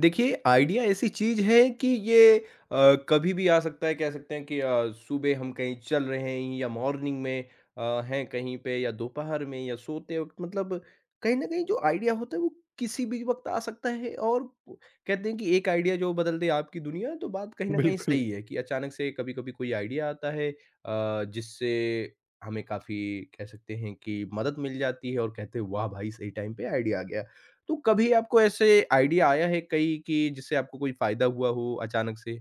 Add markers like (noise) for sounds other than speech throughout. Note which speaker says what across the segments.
Speaker 1: देखिए, आइडिया ऐसी चीज़ है कि ये कभी भी आ सकता है, कह सकते हैं कि सुबह हम कहीं चल रहे हैं या मॉर्निंग में हैं कहीं पे या दोपहर में या सोते वक़्त मतलब कहीं न कहीं जो आइडिया होता है वो किसी भी वक़्त आ सकता है और वो- कहते हैं कि एक आइडिया जो बदल दे आपकी दुनिया, तो बात कहीं न कहीं
Speaker 2: बिल्कुल,
Speaker 1: सही है कि अचानक से कभी-कभी कोई आइडिया आता है जिससे हमें काफ़ी कह सकते हैं कि मदद मिल जाती है और कहते हैं वाह भाई! सही टाइम पे आइडिया आ गया। तो कभी आपको ऐसे आइडिया आया है कहीं कि जिससे आपको कोई फ़ायदा हुआ हो अचानक से?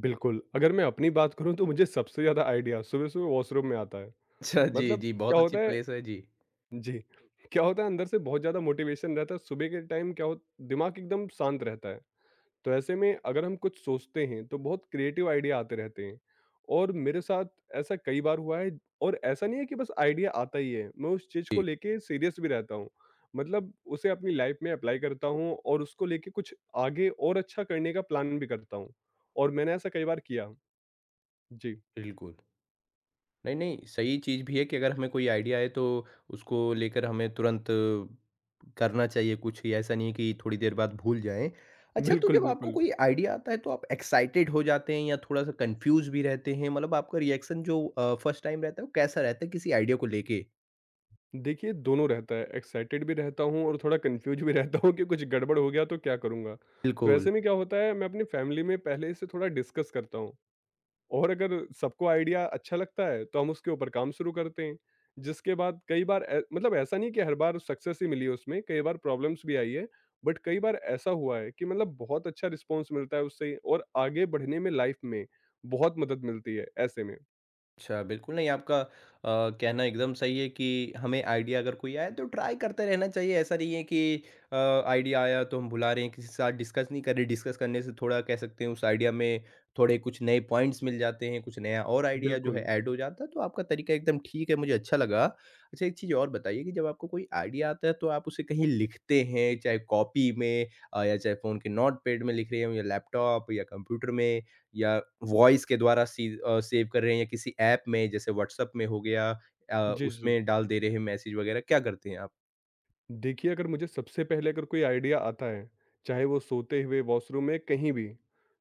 Speaker 2: बिल्कुल। अगर मैं अपनी बात करूँ तो मुझे सबसे ज़्यादा आइडिया सुबह-सुबह वॉशरूम में आता है।
Speaker 1: अच्छा, जी,
Speaker 2: मतलब
Speaker 1: जी, बहुत
Speaker 2: क्या
Speaker 1: अच्छी
Speaker 2: होता है
Speaker 1: प्लेस है, जी।
Speaker 2: जी, क्या होता है अंदर से बहुत ज़्यादा मोटिवेशन रहता है। सुबह के टाइम क्या हो दिमाग एकदम शांत रहता है। तो ऐसे में अगर हम कुछ सोचते हैं तो बहुत क्रिएटिव आइडिया आते रहते हैं और मेरे साथ ऐसा कई बार हुआ है। और ऐसा नहीं है कि बस आइडिया आता ही है, मैं उस चीज़ को
Speaker 1: जी,
Speaker 2: लेके सीरियस भी रहता हूँ, मतलब उसे अपनी लाइफ में अप्लाई करता हूँ और उसको लेके कुछ आगे और अच्छा करने का प्लान भी करता हूँ। और मैंने ऐसा कई बार किया जी।
Speaker 1: बिल्कुल। नहीं, नहीं, सही चीज़ भी है कि अगर हमें कोई आइडिया आए तो उसको लेकर हमें तुरंत करना चाहिए कुछ, ये ऐसा नहीं है कि थोड़ी देर बाद भूल जाएँ। अच्छा, तो
Speaker 2: बिल्कुल,
Speaker 1: जब आपको
Speaker 2: बिल्कुल।
Speaker 1: कोई आइडिया आता है तो आप एक्साइटेड हो जाते हैं या थोड़ा-सा कन्फ्यूज़ भी रहते हैं? मतलब आपका रिएक्शन जो फर्स्ट टाइम रहता है वो कैसा रहता है किसी आइडिया को लेके?
Speaker 2: देखिए, दोनों रहता है, एक्साइटेड भी रहता हूँ और थोड़ा कंफ्यूज भी (laughs) रहता हूँ कि कुछ गड़बड़ हो गया तो क्या करूँगा। तो
Speaker 1: बिल्कुल।
Speaker 2: ऐसे में क्या होता है, मैं अपनी फैमिली में पहले से थोड़ा डिस्कस करता हूँ और अगर सबको आइडिया अच्छा लगता है तो हम उसके ऊपर काम शुरू करते हैं, जिसके बाद कई बार मतलब ऐसा नहीं कि हर बार सक्सेस ही मिली है, उसमें कई बार प्रॉब्लम्स भी आई है। बट कई बार ऐसा हुआ है कि मतलब बहुत अच्छा रिस्पॉन्स मिलता है उससे और आगे बढ़ने में लाइफ में बहुत मदद मिलती है ऐसे में।
Speaker 1: अच्छा, बिल्कुल नहीं आपका कहना एकदम सही है कि हमें आइडिया अगर कोई आए तो ट्राई करते रहना चाहिए। ऐसा नहीं है कि अ, आइडिया आया तो हम भुला रहे हैं, किसी के साथ डिस्कस नहीं कर रहे। डिस्कस करने से थोड़ा कह सकते हैं उस आइडिया में थोड़े कुछ नए पॉइंट्स मिल जाते हैं, कुछ नया और आइडिया जो है
Speaker 2: बिल्कुल।
Speaker 1: ऐड हो जाता है। तो आपका तरीका एकदम ठीक है, मुझे अच्छा लगा। अच्छा एक चीज़ और बताइए कि जब आपको कोई आइडिया आता है तो आप उसे कहीं लिखते हैं, चाहे कॉपी में या चाहे फ़ोन के नोटपैड में लिख रहे हो या लैपटॉप या कंप्यूटर में? या वॉइस के द्वारा सेव कर रहे हैं या किसी ऐप में जैसे व्हाट्सएप में हो गया अ,
Speaker 2: जी, जी।
Speaker 1: उसमें डाल दे रहे हैं मैसेज वगैरह, क्या करते हैं आप?
Speaker 2: देखिए, अगर मुझे सबसे पहले अगर कोई आइडिया आता है, चाहे वो सोते हुए, वॉशरूम में, कहीं भी,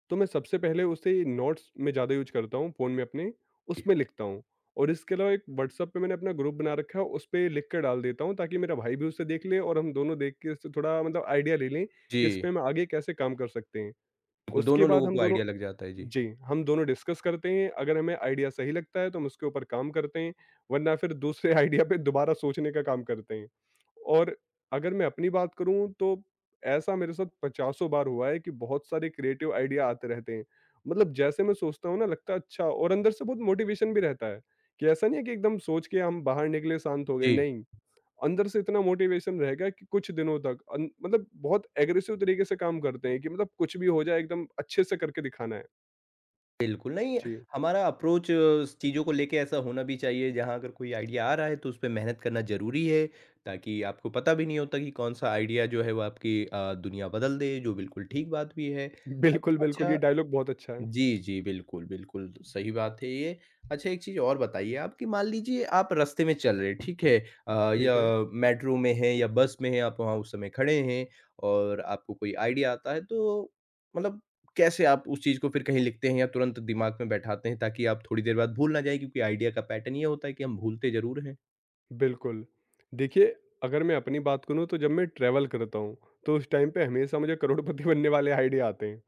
Speaker 2: तो मैं सबसे पहले उसे नोट्स में ज़्यादा यूज़ करता हूँ, फ़ोन में अपने, उसमें लिखता हूँ। और इसके अलावा एक व्हाट्सएप पे मैंने अपना ग्रुप बना रखा है, उस पे लिख कर डाल देता हूँ ताकि मेरा भाई भी उसे देख ले और हम दोनों देख के उससे थोड़ा मतलब आइडिया ले लें कि इस
Speaker 1: जी,
Speaker 2: पे हम आगे कैसे काम कर सकते हैं।
Speaker 1: बिल्कुल
Speaker 2: उसके
Speaker 1: दोनों
Speaker 2: बाद
Speaker 1: लोगों
Speaker 2: हम
Speaker 1: को
Speaker 2: दोनों
Speaker 1: आइडिया लग जाता है। जी,
Speaker 2: जी, हम दोनों डिस्कस करते हैं, अगर हमें आइडिया सही लगता है तो हम उसके ऊपर काम करते हैं, वरना फिर दूसरे (laughs) आइडिया पे दोबारा सोचने का काम करते हैं। और अगर मैं अपनी बात करूँ तो ऐसा मेरे साथ पचासों बार हुआ है कि बहुत सारे क्रिएटिव आइडिया आते रहते हैं। मतलब जैसे मैं सोचता हूँ ना, लगता है अच्छा, और अंदर से बहुत मोटिवेशन भी रहता है, कि ऐसा नहीं है कि एकदम सोच के हम बाहर निकले शांत हो गए,
Speaker 1: जी।
Speaker 2: नहीं। अंदर से इतना मोटिवेशन रहेगा कि कुछ दिनों तक मतलब बहुत एग्रेसिव तरीके से काम करते हैं कि मतलब कुछ भी हो जाए एकदम अच्छे से करके दिखाना है
Speaker 1: बिल्कुल, नहीं
Speaker 2: जी।
Speaker 1: हमारा अप्रोच चीज़ों को लेके ऐसा होना भी चाहिए जहाँ अगर कोई आइडिया आ रहा है तो उसपे मेहनत करना ज़रूरी है, ताकि आपको पता भी नहीं होता कि कौन-सा आइडिया जो है वो आपकी दुनिया बदल दे, जो बिल्कुल ठीक बात भी है। अच
Speaker 2: बिल्कुल, बिल्कुल,
Speaker 1: अच्छा
Speaker 2: ये डायलॉग बहुत अच्छा है।
Speaker 1: जी, जी। बिल्कुल, बिल्कुल, सही बात है ये। अच्छा एक चीज़ और बताइए आप कि मान लीजिए आप रास्ते में चल रहे हैं, ठीक है?
Speaker 2: ठीक है।
Speaker 1: या मेट्रो में हैं या बस में हैं, आप वहाँ उस समय खड़े हैं और आपको कोई आइडिया आता है तो मतलब कैसे आप उस चीज़ को फिर कहीं लिखते हैं या तुरंत दिमाग में बैठाते हैं ताकि आप थोड़ी देर बाद भूल ना जाएँ क्योंकि आइडिया का पैटर्न ये होता है कि हम भूलते ज़रूर हैं?
Speaker 2: बिल्कुल। देखिए, अगर मैं अपनी बात करूं तो जब मैं ट्रैवल करता हूं तो उस टाइम पे हमेशा मुझे करोड़पति बनने वाले आइडिया आते हैं।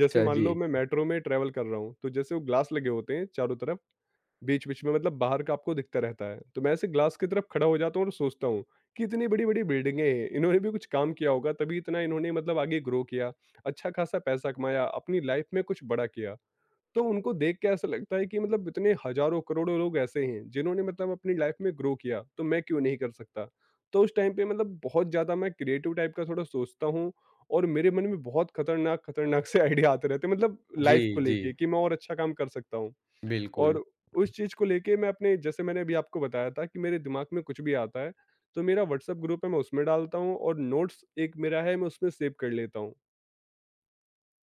Speaker 2: जैसे
Speaker 1: अच्छा
Speaker 2: मान
Speaker 1: जी।
Speaker 2: लो मैं मेट्रो में ट्रैवल कर रहा हूं, तो जैसे वो ग्लास लगे होते हैं चारों तरफ, बीच-बीच में मतलब बाहर का आपको दिखता रहता है। तो मैं ऐसे ग्लास की तरफ खड़ा हो जाता हूँ और सोचता हूँ कि इतनी बड़ी-बड़ी बिल्डिंगें हैं, इन्होंने भी कुछ काम किया होगा तभी इतना इन्होंने मतलब आगे ग्रो किया, अच्छा खासा पैसा कमाया, अपनी लाइफ में कुछ बड़ा किया। तो उनको देख के ऐसा लगता है कि मतलब इतने हज़ारों करोड़ों लोग ऐसे हैं जिन्होंने मतलब अपनी लाइफ में ग्रो किया, तो मैं क्यों नहीं कर सकता? तो उस टाइम पे मतलब बहुत ज़्यादा मैं क्रिएटिव टाइप का थोड़ा सोचता हूँ और मेरे मन में बहुत खतरनाक-खतरनाक से (laughs) आइडिया आते रहते हैं, मतलब लाइफ
Speaker 1: जी,
Speaker 2: को
Speaker 1: जी।
Speaker 2: लेके कि मैं और अच्छा काम कर सकता हूँ।
Speaker 1: बिल्कुल।
Speaker 2: और उस चीज़ को लेके मैं अपने, जैसे मैंने अभी आपको बताया था कि मेरे दिमाग में कुछ भी आता है, तो मेरा व्हाट्सएप ग्रुप है, मैं उसमें डालता हूँ, और नोट्स एक मेरा है, मैं उसमें सेव कर लेता हूँ।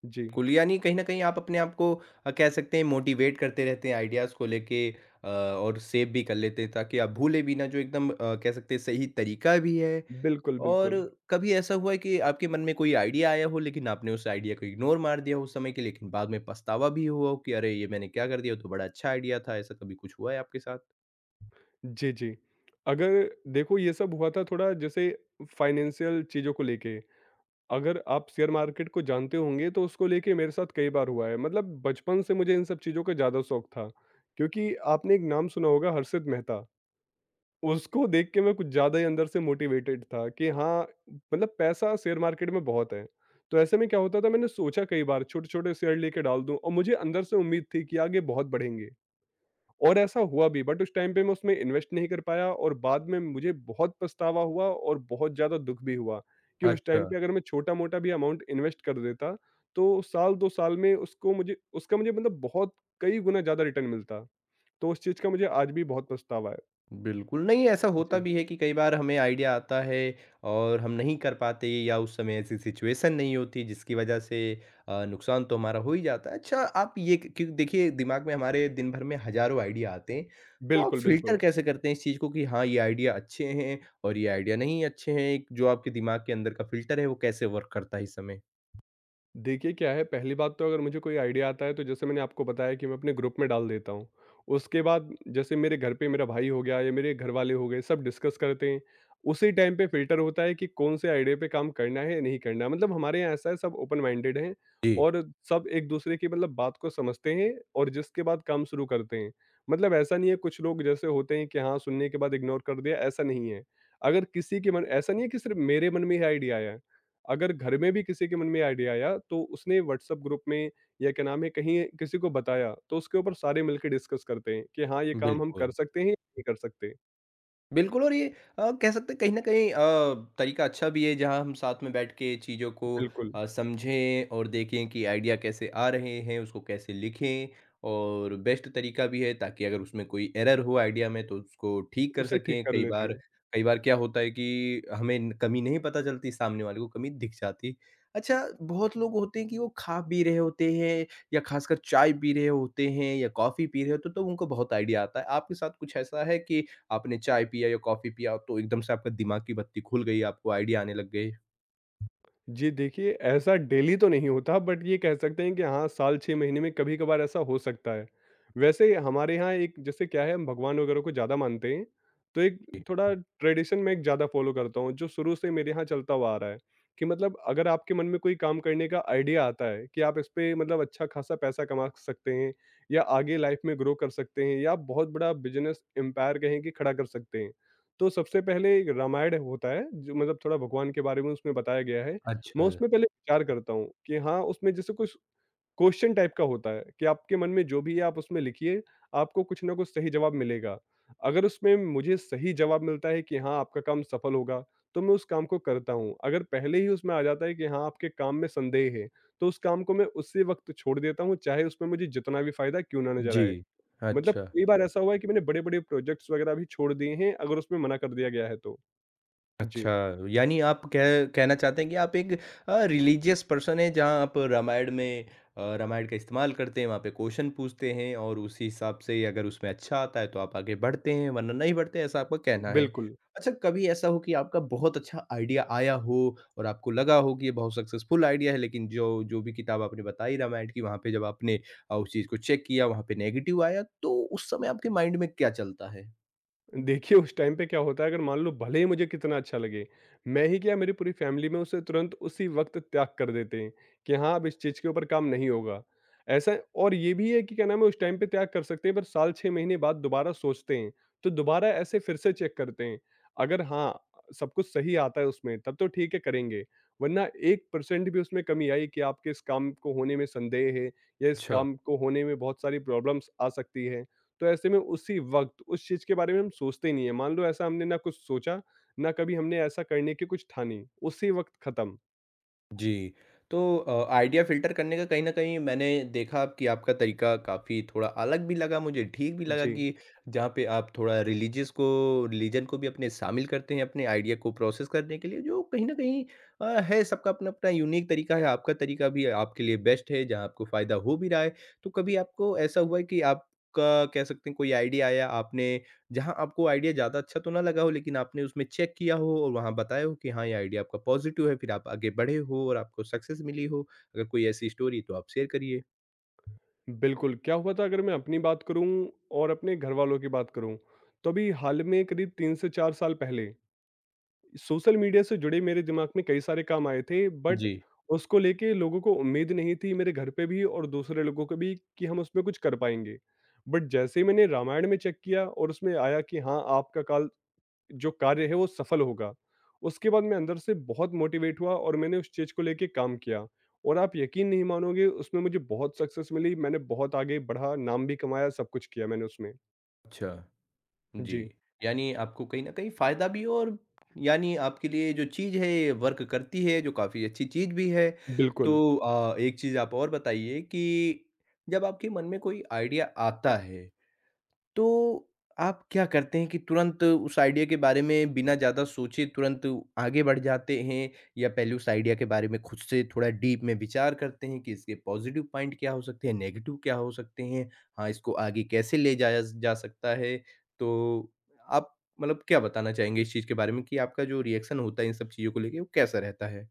Speaker 2: जी,
Speaker 1: कुल यानी कहीं न कहीं आप अपने आप को कह सकते हैं मोटिवेट करते रहते हैं आइडियाज़ को लेके और सेव भी कर लेते हैं ताकि आप भूले भी ना जो एकदम कह सकते हैं सही तरीका भी है।
Speaker 2: बिल्कुल,
Speaker 1: और
Speaker 2: बिल्कुल।
Speaker 1: कभी ऐसा हुआ है कि आपके मन में कोई आइडिया आया हो लेकिन आपने उस आइडिया को इग्नोर मार दिया हो उस समय के लिए लेकिन बाद में पछतावा भी हुआ हो कि अरे! ये मैंने क्या कर दिया? ये तो बड़ा अच्छा आइडिया था। ऐसा कभी कुछ हुआ है आपके साथ?
Speaker 2: जी, जी। अगर देखो ये सब हुआ था थोड़ा जैसे फाइनेंशियल चीज़ों को लेके। अगर आप शेयर मार्केट को जानते होंगे तो उसको लेके मेरे साथ कई बार हुआ है। मतलब बचपन से मुझे इन सब चीज़ों का ज़्यादा शौक था, क्योंकि आपने एक नाम सुना होगा, हर्षित मेहता। उसको देख के मैं कुछ ज़्यादा ही अंदर से मोटिवेटेड था कि हाँ, मतलब पैसा शेयर मार्केट में बहुत है। तो ऐसे में क्या होता था, मैंने सोचा कई बार छोटे-छोटे शेयर लेके डाल दूँ और मुझे अंदर से उम्मीद थी कि आगे बहुत बढ़ेंगे, और ऐसा हुआ भी, बट उस टाइम पे मैं उसमें इन्वेस्ट नहीं कर पाया और बाद में मुझे बहुत पछतावा हुआ और बहुत ज़्यादा दुःख भी हुआ कि उस
Speaker 1: अच्छा।
Speaker 2: टाइम पे अगर मैं छोटा-मोटा भी अमाउंट इन्वेस्ट कर देता, तो साल 2 साल में उसको मुझे उसका मुझे मतलब बहुत कई गुना ज़्यादा रिटर्न मिलता। तो उस चीज़ का मुझे आज भी बहुत पछतावा है।
Speaker 1: बिल्कुल, नहीं ऐसा होता
Speaker 2: जी।
Speaker 1: भी है कि कई बार हमें आइडिया आता है और हम नहीं कर पाते या उस समय ऐसी सिचुएशन नहीं होती जिसकी वजह से नुकसान तो हमारा हो ही जाता है। अच्छा आप ये क क्योंकि देखिए दिमाग में हमारे दिन भर में हज़ारों आइडिया आते हैं, तो आप
Speaker 2: बिल्कुल,
Speaker 1: फ़िल्टर
Speaker 2: बिल्कुल।
Speaker 1: कैसे करते हैं इस चीज़ को कि हाँ, ये आइडिया अच्छे हैं और ये आइडिया नहीं अच्छे हैं? एक जो आपके दिमाग के अंदर का फ़िल्टर है वो कैसे वर्क करता है इस समय?
Speaker 2: देखिए, क्या है, पहली बात तो अगर मुझे कोई आइडिया आता है तो जैसे मैंने आपको बताया कि मैं अपने ग्रुप में डाल देता हूँ। उसके बाद जैसे मेरे घर पे मेरा भाई हो गया या मेरे घरवाले हो गए सब डिस्कस करते हैं। उसी टाइम पे फ़िल्टर होता है कि कौन से आइडिया पे काम करना है या नहीं करना है। मतलब हमारे यहाँ ऐसा है, सब ओपन माइंडेड हैं
Speaker 1: जी,
Speaker 2: और सब एक-दूसरे की मतलब बात को समझते हैं, और जिसके बाद काम शुरू करते हैं। मतलब ऐसा नहीं है, कुछ लोग जैसे होते हैं कि हाँ, सुनने के बाद इग्नोर कर दिया, ऐसा नहीं है। अगर किसी के मन ऐसा नहीं है कि सिर्फ़ मेरे मन में ये आइडिया आया है। अगर घर में भी किसी के मन में आइडिया आया तो उसने व्हाट्सएप ग्रुप में या क्या नाम है कहीं किसी को बताया, तो उसके ऊपर सारे मिलकर डिस्कस करते हैं कि हाँ, ये काम हम कर
Speaker 1: बिल्कुल।
Speaker 2: सकते हैं या नहीं कर सकते।
Speaker 1: बिल्कुल और ये कह सकते हैं कहीं न कहीं तरीका अच्छा भी है जहाँ हम साथ में बैठ के चीज़ों को
Speaker 2: बिल्कुल
Speaker 1: समझें और देखें कि आइडिया कैसे आ रहे हैं, उसको कैसे लिखें और बेस्ट तरीका भी है ताकि अगर उसमें कोई एरर हो आइडिया में तो उसको ठीक कर
Speaker 2: उसे ठीक
Speaker 1: सकें।
Speaker 2: कर
Speaker 1: कई
Speaker 2: लेते
Speaker 1: बार
Speaker 2: हैं।
Speaker 1: कई बार क्या होता है कि हमें न कमी नहीं पता चलती, सामने वाले को कमी दिख जाती। अच्छा, बहुत लोग होते हैं कि वो खा पी रहे होते हैं या खासकर चाय पी रहे होते हैं या कॉफ़ी पी रहे होते हैं तो उनको बहुत आइडिया आता है। आपके साथ कुछ ऐसा है कि आपने चाय पिया या कॉफ़ी पिया तो एकदम से आपका दिमाग की बत्ती खुल गई, आपको आइडिया आने लग गए।
Speaker 2: जी, देखिए, ऐसा डेली तो नहीं होता, बट ये कह सकते हैं कि हाँ, साल 6 महीने में कभी-कभार ऐसा हो सकता है। वैसे हमारे यहाँ एक जैसे क्या है, हम भगवान वगैरह को ज़्यादा मानते हैं, तो एक
Speaker 1: जी।
Speaker 2: थोड़ा ट्रेडिशन मैं एक ज़्यादा फ़ॉलो करता हूँ जो शुरू से मेरे यहाँ चलता हुआ आ रहा है, कि मतलब अगर आपके मन में कोई काम करने का आइडिया आता है कि आप इस पे मतलब अच्छा खासा पैसा कमा सकते हैं या आगे लाइफ़ में ग्रो कर सकते हैं या आप बहुत बड़ा बिज़नेस एम्पायर कहें कि खड़ा कर सकते हैं। तो सबसे पहले एक रामायण होता है, जो मतलब थोड़ा भगवान के बारे में उसमें बताया गया है। मैं
Speaker 1: अच्छा।
Speaker 2: उसमें पहले विचार करता हूँ कि हाँ, उसमें जैसे कुछ क्वेश्चन टाइप का होता है कि आपके मन में जो भी है आप उसमें लिखिए, आपको कुछ ना कुछ सही जवाब मिलेगा। अगर उसमें मुझे सही जवाब मिलता है कि हाँ, आपका काम सफल होगा, तो मैं उस काम को करता हूँ। अगर पहले ही उसमें आ जाता है कि हाँ, आपके काम में संदेह है, तो उस काम को मैं उसी वक़्त छोड़ देता हूँ, चाहे उसमें मुझे जितना भी फ़ायदा क्यों ना नज़र आए।
Speaker 1: जी।
Speaker 2: मतलब
Speaker 1: अच्छा।
Speaker 2: कई बार ऐसा हुआ है कि मैंने बड़े-बड़े प्रोजेक्ट्स वगैरह भी छोड़ दिए हैं, अगर उसमें मना कर दिया गया है तो। जी,
Speaker 1: अच्छा, यानी आप कह कहना चाहते हैं कि आप एक रिलीजियस पर्सन हैं जहाँ आप रामायण में रामायण का इस्तेमाल करते हैं, वहाँ पे क्वेश्चन पूछते हैं और उसी हिसाब से अगर उसमें अच्छा आता है तो आप आगे बढ़ते हैं, वरना नहीं बढ़ते, ऐसा आपका कहना है।
Speaker 2: बिल्कुल।
Speaker 1: अच्छा, कभी ऐसा हो कि आपका बहुत अच्छा आइडिया आया हो और आपको लगा हो कि ये बहुत सक्सेसफुल आइडिया है, लेकिन जो जो भी किताब आपने बताई रामायण की, वहाँ पे जब आपने उस चीज़ को चेक किया, वहाँ पे नेगेटिव आया, तो उस समय आपके माइंड में क्या चलता है?
Speaker 2: देखिए, उस टाइम पे क्या होता है, अगर मान लो भले ही मुझे कितना अच्छा लगे, मैं ही क्या, मेरी पूरी फैमिली में उसे तुरंत उसी वक़्त त्याग कर देते हैं कि हाँ, अब इस चीज़ के ऊपर काम नहीं होगा। ऐसा, और ये भी है कि क्या नाम है, उस टाइम पे त्याग कर सकते हैं पर साल 6 महीने बाद दोबारा सोचते हैं, तो दोबारा ऐसे फिर से चेक करते हैं। अगर हाँ, सब कुछ सही आता है उसमें तब तो ठीक है करेंगे, वरना 1% भी उसमें कमी आई कि आपके इस काम को होने में संदेह है या इस
Speaker 1: अच्छा।
Speaker 2: काम को होने में बहुत सारी प्रॉब्लम्स आ सकती है। तो ऐसे में उसी वक़्त उस चीज़ के बारे में हम सोचते ही नहीं है। मान लो ऐसा हमने ना कुछ सोचा, ना कभी हमने ऐसा करने की कुछ ठानी, उसी वक़्त ख़त्म।
Speaker 1: जी, तो आइडिया फ़िल्टर करने का कहीं न कहीं मैंने देखा कि आपका तरीका काफ़ी थोड़ा अलग भी लगा मुझे, ठीक भी लगा
Speaker 2: जी,
Speaker 1: कि जहाँ पे आप थोड़ा रिलीजियस को रिलीजन को भी अपने शामिल करते हैं अपने आइडिया को प्रोसेस करने के लिए, जो कहीं न कहीं है सबका अपना-अपना यूनिक तरीका है, आपका तरीका भी आपके लिए बेस्ट है, जहाँ आपको फ़ायदा हो भी रहा है। तो कभी आपको ऐसा हुआ है कि आपका कह सकते हैं कोई आइडिया आया, आपने जहाँ आपको आइडिया ज़्यादा अच्छा तो ना लगा हो लेकिन आपने उसमें चेक किया हो और वहाँ बताया हो कि हाँ, ये आइडिया आपका पॉज़िटिव है, फिर आप आगे बढ़े हो और आपको सक्सेस मिली हो। अगर कोई ऐसी स्टोरी तो आप शेयर करिए।
Speaker 2: बिल्कुल। क्या हुआ था, अगर मैं अपनी बात करूँ और अपने घरवालों की बात करूँ, तो अभी हाल में करीब 3 से 4 साल पहले सोशल मीडिया से जुड़े मेरे दिमाग में कई सारे काम आए थे, बट
Speaker 1: जी।
Speaker 2: उसको लेके लोगों को उम्मीद नहीं थी, मेरे घर पे भी और दूसरे लोगों को भी, कि हम उसमें कुछ कर पाएँगे। बट जैसे ही मैंने रामायण में चेक किया और उसमें आया कि हाँ, आपका काल जो कार्य है वो सफल होगा। उसके बाद मैं अंदर से बहुत मोटिवेट हुआ और मैंने उस चीज़ को लेके काम किया और आप यकीन नहीं मानोगे, उसमें मुझे बहुत सक्सेस मिली, मैंने बहुत आगे बढ़ा, नाम भी कमाया, सब कुछ किया मैंने उसमें।
Speaker 1: अच्छा, जी।
Speaker 2: जी,
Speaker 1: यानी आपको कहीं न कहीं फ़ायदा भी हो और यानी आपके लिए जो चीज़ है ये वर्क करती है, जो काफ़ी अच्छी चीज़ भी है।
Speaker 2: बिल्कुल।
Speaker 1: तो एक चीज़ आप और बताइए कि जब आपके मन में कोई आइडिया आता है तो आप क्या करते हैं कि तुरंत उस आइडिया के बारे में बिना ज़्यादा सोचे तुरंत आगे बढ़ जाते हैं? या पहले उस आइडिया के बारे में खुद से थोड़ा डीप में विचार करते हैं कि इसके पॉज़िटिव पॉइंट क्या हो सकते हैं, नेगेटिव क्या हो सकते हैं? हाँ, इसको आगे कैसे ले जाया स जा सकता है? तो आप मतलब क्या बताना चाहेंगे इस चीज़ के बारे में कि आपका जो रिएक्शन होता है इन सब चीज़ों को लेके वो कैसा रहता है?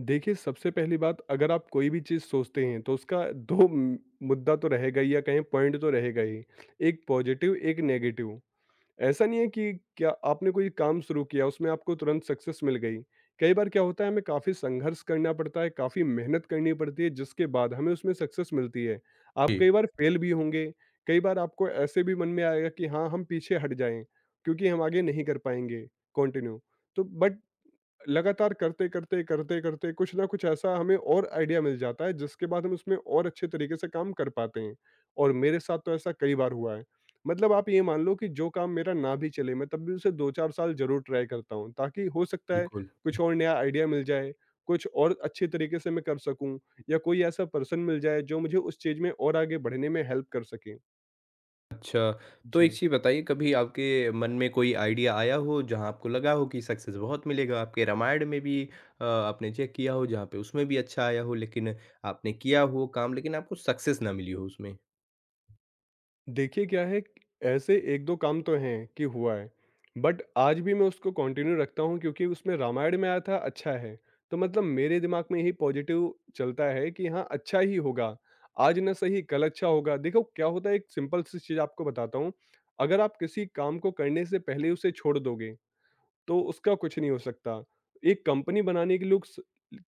Speaker 2: देखिए, सबसे पहली बात अगर आप कोई भी चीज़ सोचते हैं तो उसका 2 मुद्दा तो रहेगा ही या कहें पॉइंट तो रहेगा ही, एक पॉज़िटिव, एक नेगेटिव। ऐसा नहीं है कि क्या आपने कोई काम शुरू किया उसमें आपको तुरंत सक्सेस मिल गई। कई बार क्या होता है, हमें काफ़ी संघर्ष करना पड़ता है, काफ़ी मेहनत करनी पड़ती है, जिसके बाद हमें उसमें सक्सेस मिलती है। आप
Speaker 1: जी,
Speaker 2: कई बार फेल भी होंगे, कई बार आपको ऐसे भी मन में आएगा कि हाँ, हम पीछे हट जाएं क्योंकि हम आगे नहीं कर पाएंगे कंटिन्यू। तो बट लगातार करते करते करते करते कुछ ना कुछ ऐसा हमें और आइडिया मिल जाता है, जिसके बाद हम उसमें और अच्छे तरीके से काम कर पाते हैं। और मेरे साथ तो ऐसा कई बार हुआ है, मतलब आप ये मान लो कि जो काम मेरा ना भी चले मैं तब भी उसे दो चार साल जरूर ट्राई करता हूँ, ताकि हो सकता है
Speaker 1: बिल्कुल।
Speaker 2: कुछ और नया आइडिया मिल जाए, कुछ और अच्छे तरीके से मैं कर सकूं, या कोई ऐसा पर्सन मिल जाए जो मुझे उस चीज में और आगे बढ़ने में हेल्प कर सके।
Speaker 1: अच्छा, तो एक
Speaker 2: जी,
Speaker 1: चीज़ बताइए कभी आपके मन में कोई आइडिया आया हो जहाँ आपको लगा हो कि सक्सेस बहुत मिलेगा, आपके रामायण में भी आपने चेक किया हो जहाँ पे उसमें भी अच्छा आया हो लेकिन आपने किया हो काम लेकिन आपको सक्सेस ना मिली हो उसमें?
Speaker 2: देखिए क्या है, ऐसे 1-2 काम तो हैं कि हुआ है, बट आज भी मैं उसको कंटिन्यू रखता हूँ क्योंकि उसमें रामायण में आया था अच्छा है। तो मतलब मेरे दिमाग में यही पॉज़िटिव चलता है कि हाँ, अच्छा ही होगा, आज ना सही कल अच्छा होगा। देखो क्या होता है, एक सिंपल सी चीज़ आपको बताता हूँ, अगर आप किसी काम को करने से पहले उसे छोड़ दोगे तो उसका कुछ नहीं हो सकता। एक कंपनी बनाने के लोग स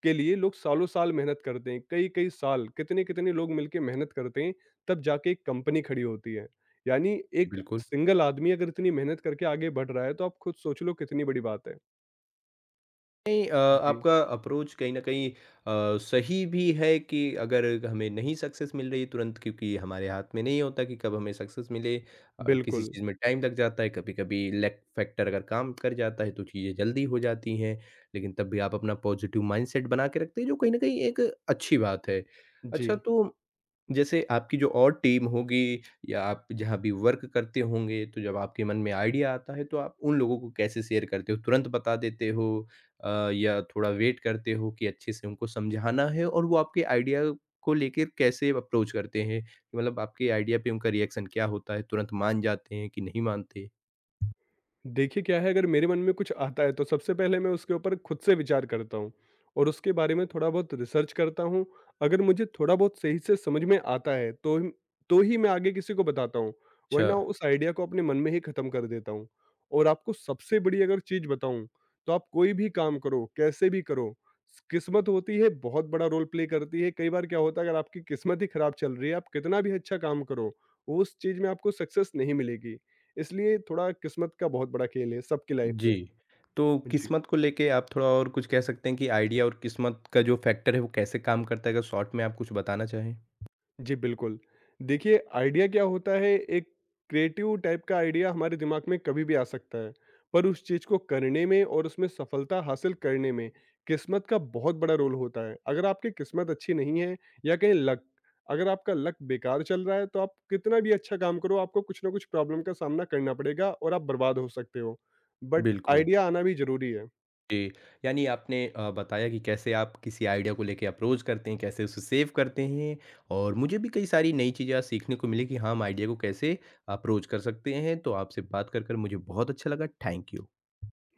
Speaker 2: के लिए लोग सालों-साल मेहनत करते हैं, कई-कई साल, कितने-कितने लोग मिलके मेहनत करते हैं, तब जाके एक कंपनी खड़ी होती है। यानी
Speaker 1: जी,
Speaker 2: एक
Speaker 1: बिल्कुल।
Speaker 2: सिंगल आदमी अगर इतनी मेहनत करके आगे बढ़ रहा है, तो आप खुद सोच लो कितनी बड़ी बात है।
Speaker 1: नहीं
Speaker 2: जी।
Speaker 1: आपका अप्रोच कहीं न कहीं सही भी है कि अगर हमें नहीं सक्सेस मिल रही तुरंत क्योंकि हमारे हाथ में नहीं होता कि कब हमें सक्सेस मिले और किसी
Speaker 2: बिल्कुल,
Speaker 1: चीज़ में टाइम लग जाता है, कभी-कभी लक फैक्टर अगर काम कर जाता है तो चीज़ें जल्दी हो जाती हैं। लेकिन तब भी आप अपना पॉज़िटिव माइंडसेट बना के रखते हैं जो कहीं न कहीं एक अच्छी बात है।
Speaker 2: जी।
Speaker 1: अच्छा तो जैसे आपकी जो और टीम होगी या आप जहाँ भी वर्क करते होंगे, तो जब आपके मन में आइडिया आता है, तो आप उन लोगों को कैसे शेयर करते हो? तुरंत बता देते हो या थोड़ा वेट करते हो कि अच्छे से उनको समझाना है और वो आपके आइडिया को लेकर कैसे अप्रोच करते हैं? कि मतलब आपके आइडिया पे उनका रिएक्शन क्या होता है? तुरंत मान जाते हैं कि नहीं मानते?
Speaker 2: देखिए क्या है, अगर मेरे मन में कुछ आता है तो सबसे पहले मैं उसके ऊपर खुद से विचार करता हूँ और उसके बारे में थोड़ा बहुत रिसर्च करता हूँ। अगर मुझे थोड़ा बहुत सही से समझ में आता है तो ही मैं आगे किसी को बताता हूँ,
Speaker 1: अच्छा,
Speaker 2: वरना उस आइडिया को अपने मन में ही खत्म कर देता हूँ। और आपको सबसे बड़ी अगर चीज बताऊँ, तो आप कोई भी काम करो कैसे भी करो, किस्मत होती है, बहुत बड़ा रोल प्ले करती है। कई बार क्या होता है, अगर आपकी किस्मत ही खराब चल रही है आप कितना भी अच्छा काम करो उस चीज में आपको सक्सेस नहीं मिलेगी। इसलिए थोड़ा किस्मत का बहुत बड़ा खेल है सबकी लाइफ
Speaker 1: जी।
Speaker 2: में।
Speaker 1: तो
Speaker 2: जी।
Speaker 1: किस्मत को लेके आप थोड़ा और कुछ कह सकते हैं कि आइडिया और किस्मत का जो फैक्टर है, वो कैसे काम करता है? अगर शॉर्ट में आप कुछ बताना चाहें?
Speaker 2: जी, बिल्कुल। देखिए आइडिया क्या होता है, एक क्रिएटिव टाइप का आइडिया हमारे दिमाग में कभी भी आ सकता है, पर उस चीज़ को करने में और उसमें सफलता हासिल करने में किस्मत का बहुत बड़ा रोल होता है। अगर आपकी किस्मत अच्छी नहीं है, या कहें लक, अगर आपका लक बेकार चल रहा है तो आप कितना भी अच्छा काम करो आपको कुछ ना कुछ प्रॉब्लम का सामना करना पड़ेगा और आप बर्बाद हो सकते हो। बट
Speaker 1: बिल्कुल।
Speaker 2: आइडिया आना भी ज़रूरी है।
Speaker 1: जी, यानी आपने बताया कि कैसे आप किसी आइडिया को लेके अप्रोच करते हैं, कैसे उसे सेव करते हैं और मुझे भी कई सारी नई चीज़ें आज सीखने को मिली कि हाँ, हम आइडिया को कैसे अप्रोच कर सकते हैं। तो आपसे बात कर मुझे बहुत अच्छा लगा। Thank you.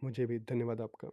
Speaker 2: मुझे भी धन्यवाद आपका।